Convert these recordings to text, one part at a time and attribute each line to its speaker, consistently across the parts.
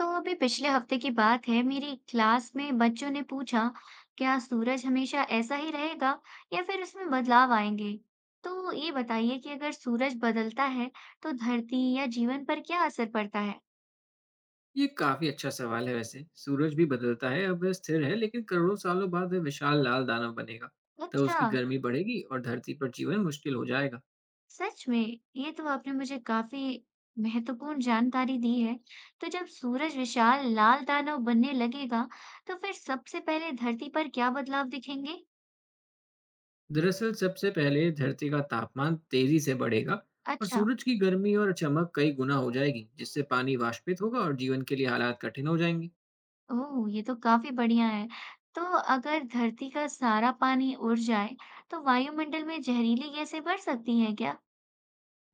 Speaker 1: तो अभी पिछले हफ्ते की बात है, मेरी क्लास में बच्चों ने पूछा, क्या सूरज हमेशा ऐसा ही रहेगा या फिर उसमें बदलाव आएंगे। तो ये बताइए कि अगर सूरज बदलता है तो धरती या जीवन पर क्या असर पड़ता है।
Speaker 2: ये काफी अच्छा सवाल है। वैसे सूरज भी बदलता है। अब वह स्थिर है, लेकिन करोड़ों सालों बाद वह विशाल लाल दानव बनेगा। तब
Speaker 1: अच्छा।
Speaker 2: उसकी गर्मी बढ़ेगी और धरती पर जीवन मुश्किल हो जाएगा।
Speaker 1: सच में? ये तो आपने मुझे काफी महत्वपूर्ण जानकारी दी है। तो जब सूरज विशाल लाल दानव बनने लगेगा तो फिर सबसे पहले धरती पर क्या बदलाव दिखेंगे?
Speaker 2: दरअसल सबसे पहले धरती का तापमान तेजी से बढ़ेगा और
Speaker 1: अच्छा।
Speaker 2: सूरज की गर्मी और चमक कई गुना हो जाएगी, जिससे पानी वाष्पित होगा और जीवन के लिए हालात कठिन हो जाएंगे।
Speaker 1: ओह! ये तो काफ़ी बढ़िया है। तो अगर धरती का सारा पानी उड़ जाए, तो वायुमंडल में जहरीली गैसें बढ़ सकती हैं क्या?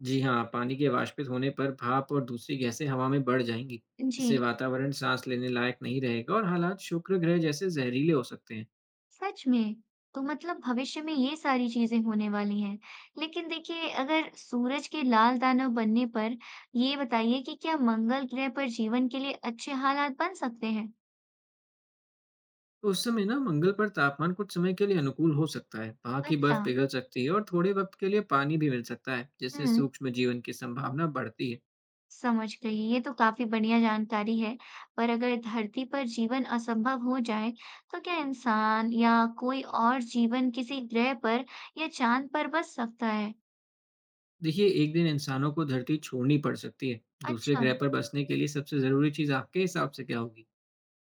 Speaker 2: जी हाँ, पानी के वाष्पित होने पर भाप और दूसरी गैसें हवा में बढ़ जाएंगी।
Speaker 1: जी।
Speaker 2: इससे वातावरण सांस लेने लायक नहीं रहेगा और हालात शुक्र ग्रह जैसे जहरीले हो सकते हैं।
Speaker 1: सच में? तो मतलब भविष्य में ये सारी चीज़ें होने वाली हैं। लेकिन देखिए, अगर सूरज के लाल दानव बनने पर ये बताइए कि क्या मंगल ग्रह पर जीवन के लिए अच्छे हालात बन सकते हैं?
Speaker 2: तो उस समय ना मंगल पर तापमान कुछ समय के लिए अनुकूल हो सकता है, वहां की
Speaker 1: अच्छा।
Speaker 2: बर्फ पिघल सकती है और थोड़े वक्त के लिए पानी भी मिल सकता है, जिससे
Speaker 1: हुँ।
Speaker 2: सूक्ष्म जीवन की संभावना बढ़ती है।
Speaker 1: समझ गई। ये तो काफ़ी बढ़िया जानकारी है। पर अगर धरती पर जीवन असंभव हो जाए, तो क्या इंसान या कोई और जीवन किसी ग्रह पर या चाँद पर बस सकता है?
Speaker 2: देखिए, एक दिन इंसानों को धरती छोड़नी पड़ सकती है। दूसरे
Speaker 1: अच्छा,
Speaker 2: ग्रह पर बसने के लिए सबसे जरूरी चीज आपके हिसाब से क्या होगी?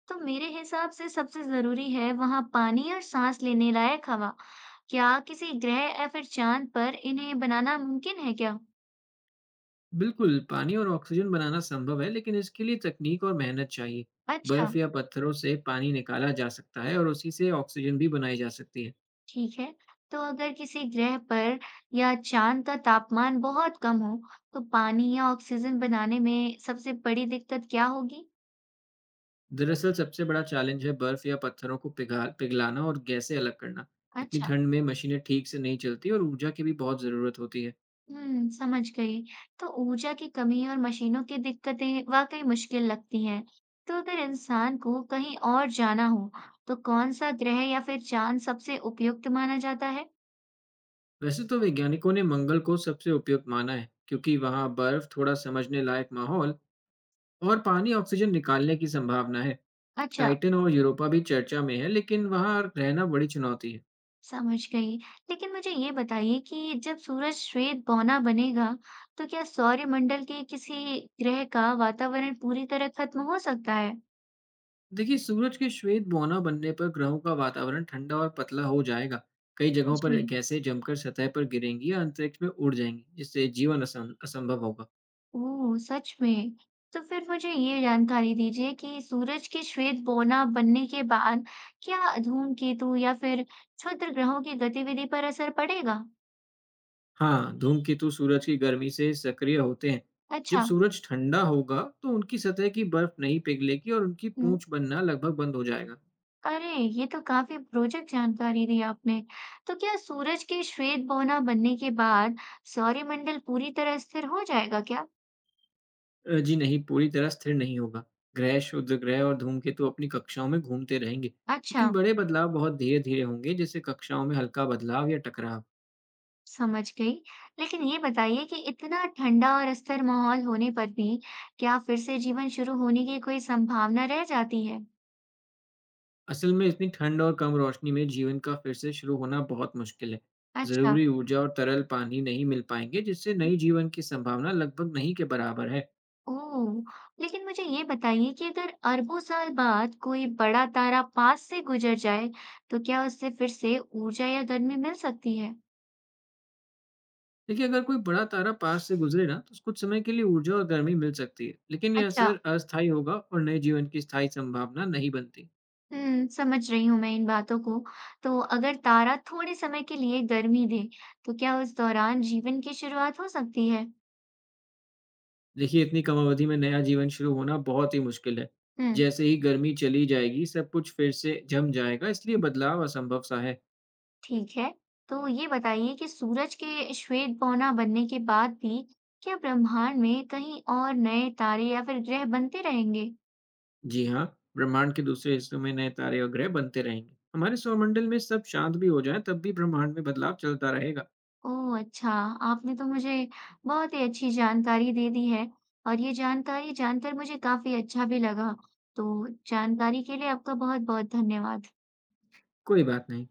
Speaker 1: तो मेरे हिसाब से सबसे ज़रूरी है वहाँ पानी और सांस लेने लायक हवा। क्या किसी ग्रह या फिर चाँद पर इन्हें बनाना मुमकिन है क्या?
Speaker 2: बिल्कुल, पानी और ऑक्सीजन बनाना संभव है, लेकिन इसके लिए तकनीक और मेहनत चाहिए।
Speaker 1: अच्छा।
Speaker 2: बर्फ या पत्थरों से पानी निकाला जा सकता है और उसी से ऑक्सीजन भी बनाई जा सकती है।
Speaker 1: ठीक है। तो अगर किसी ग्रह पर या चांद का तापमान बहुत कम हो तो पानी या ऑक्सीजन बनाने में सबसे बड़ी दिक्कत क्या होगी?
Speaker 2: दरअसल सबसे बड़ा चैलेंज है बर्फ या पत्थरों को पिघा पिघलाना और गैसें अलग करना। इतनी
Speaker 1: अच्छा।
Speaker 2: ठंड में मशीनें ठीक से नहीं चलती और ऊर्जा की भी बहुत ज़रूरत होती है।
Speaker 1: हम्म, समझ गई। तो ऊर्जा की कमी और मशीनों की दिक्कतें वाकई मुश्किल लगती हैं। तो अगर इंसान को कहीं और जाना हो तो कौन सा ग्रह या फिर चांद सबसे उपयुक्त माना जाता है?
Speaker 2: वैसे तो वैज्ञानिकों ने मंगल को सबसे उपयुक्त माना है, क्योंकि वहाँ बर्फ, थोड़ा समझने लायक माहौल और पानी ऑक्सीजन निकालने की संभावना है।
Speaker 1: अच्छा।
Speaker 2: टाइटन और यूरोपा भी चर्चा में है, लेकिन वहाँ रहना बड़ी चुनौती है।
Speaker 1: समझ गई। लेकिन मुझे ये बताइए कि जब सूरज श्वेत बौना बनेगा, तो क्या सौरमंडल के किसी ग्रह का वातावरण पूरी तरह खत्म हो सकता है?
Speaker 2: देखिए, सूरज के श्वेत बौना बनने पर ग्रहों का वातावरण ठंडा और पतला हो जाएगा। कई जगहों पर
Speaker 1: जी।
Speaker 2: गैसें जमकर सतह पर गिरेंगी या अंतरिक्ष में उड़ जाएंगी, जिससे जीवन असंभव होगा।
Speaker 1: ओह, सच में? तो फिर मुझे ये जानकारी दीजिए कि सूरज के श्वेत बौना बनने के बाद क्या धूमकेतु या फिर क्षुद्र ग्रहों की गतिविधि पर असर पड़ेगा?
Speaker 2: हाँ, धूमकेतु सूरज की गर्मी से सक्रिय होते हैं। जब
Speaker 1: अच्छा।
Speaker 2: सूरज ठंडा होगा, तो उनकी सतह की बर्फ नहीं पिघलेगी और उनकी
Speaker 1: हम्म।
Speaker 2: पूंछ बनना लगभग बंद हो जाएगा।
Speaker 1: अरे, ये तो काफी रोचक जानकारी दी आपने। तो क्या सूरज की श्वेत बौना बनने के बाद सौरमंडल पूरी तरह स्थिर हो जाएगा क्या?
Speaker 2: जी नहीं, पूरी तरह स्थिर नहीं होगा। ग्रह, शुद्ध ग्रह और धूमकेतु अपनी कक्षाओं में घूमते रहेंगे,
Speaker 1: अच्छा,
Speaker 2: लेकिन बड़े बदलाव बहुत धीरे धीरे होंगे, जैसे कक्षाओं में हल्का बदलाव या टकराव।
Speaker 1: समझ गई। लेकिन ये बताइए कि इतना ठंडा और स्थिर माहौल होने पर भी क्या फिर से जीवन शुरू होने की कोई संभावना रह जाती है?
Speaker 2: असल में इतनी ठंड और कम रोशनी में जीवन का फिर से शुरू होना बहुत मुश्किल है।
Speaker 1: अच्छा।
Speaker 2: ज़रूरी ऊर्जा और तरल पानी नहीं मिल पाएंगे, जिससे नई जीवन की संभावना लगभग नहीं के बराबर है।
Speaker 1: ओह, लेकिन मुझे ये बताइए कि अगर अरबों साल बाद कोई बड़ा तारा पास से गुजर जाए, तो क्या उससे फिर से ऊर्जा या गर्मी मिल सकती है?
Speaker 2: देखिए, अगर कोई बड़ा तारा पास से गुजरे ना, तो कुछ समय के लिए ऊर्जा और गर्मी मिल सकती है, लेकिन यह
Speaker 1: अच्छा।
Speaker 2: असर अस्थायी होगा और नए जीवन की स्थायी संभावना नहीं बनती।
Speaker 1: हुँ, समझ रही हूँ मैं इन बातों को। तो अगर तारा थोड़े समय के लिए गर्मी दे, तो क्या उस दौरान जीवन की शुरुआत हो सकती है?
Speaker 2: देखिए, इतनी कम अवधि में नया जीवन शुरू होना बहुत ही मुश्किल है।
Speaker 1: हुँ,
Speaker 2: जैसे ही गर्मी चली जाएगी, सब कुछ फिर से जम जाएगा, इसलिए बदलाव असंभव सा है।
Speaker 1: ठीक है। तो ये बताइए कि सूरज के श्वेत बौना बनने के बाद भी क्या ब्रह्मांड में कहीं और नए तारे या फिर ग्रह बनते रहेंगे?
Speaker 2: जी हाँ, ब्रह्मांड के दूसरे हिस्सों में नए तारे और ग्रह बनते रहेंगे। हमारे सौरमंडल में सब शांत भी हो जाए, तब भी ब्रह्मांड में बदलाव चलता रहेगा।
Speaker 1: ओह! अच्छा, आपने तो मुझे बहुत ही अच्छी जानकारी दे दी है और ये जानकारी जानकर मुझे काफ़ी अच्छा भी लगा। तो जानकारी के लिए आपका बहुत-बहुत धन्यवाद।
Speaker 2: कोई बात नहीं।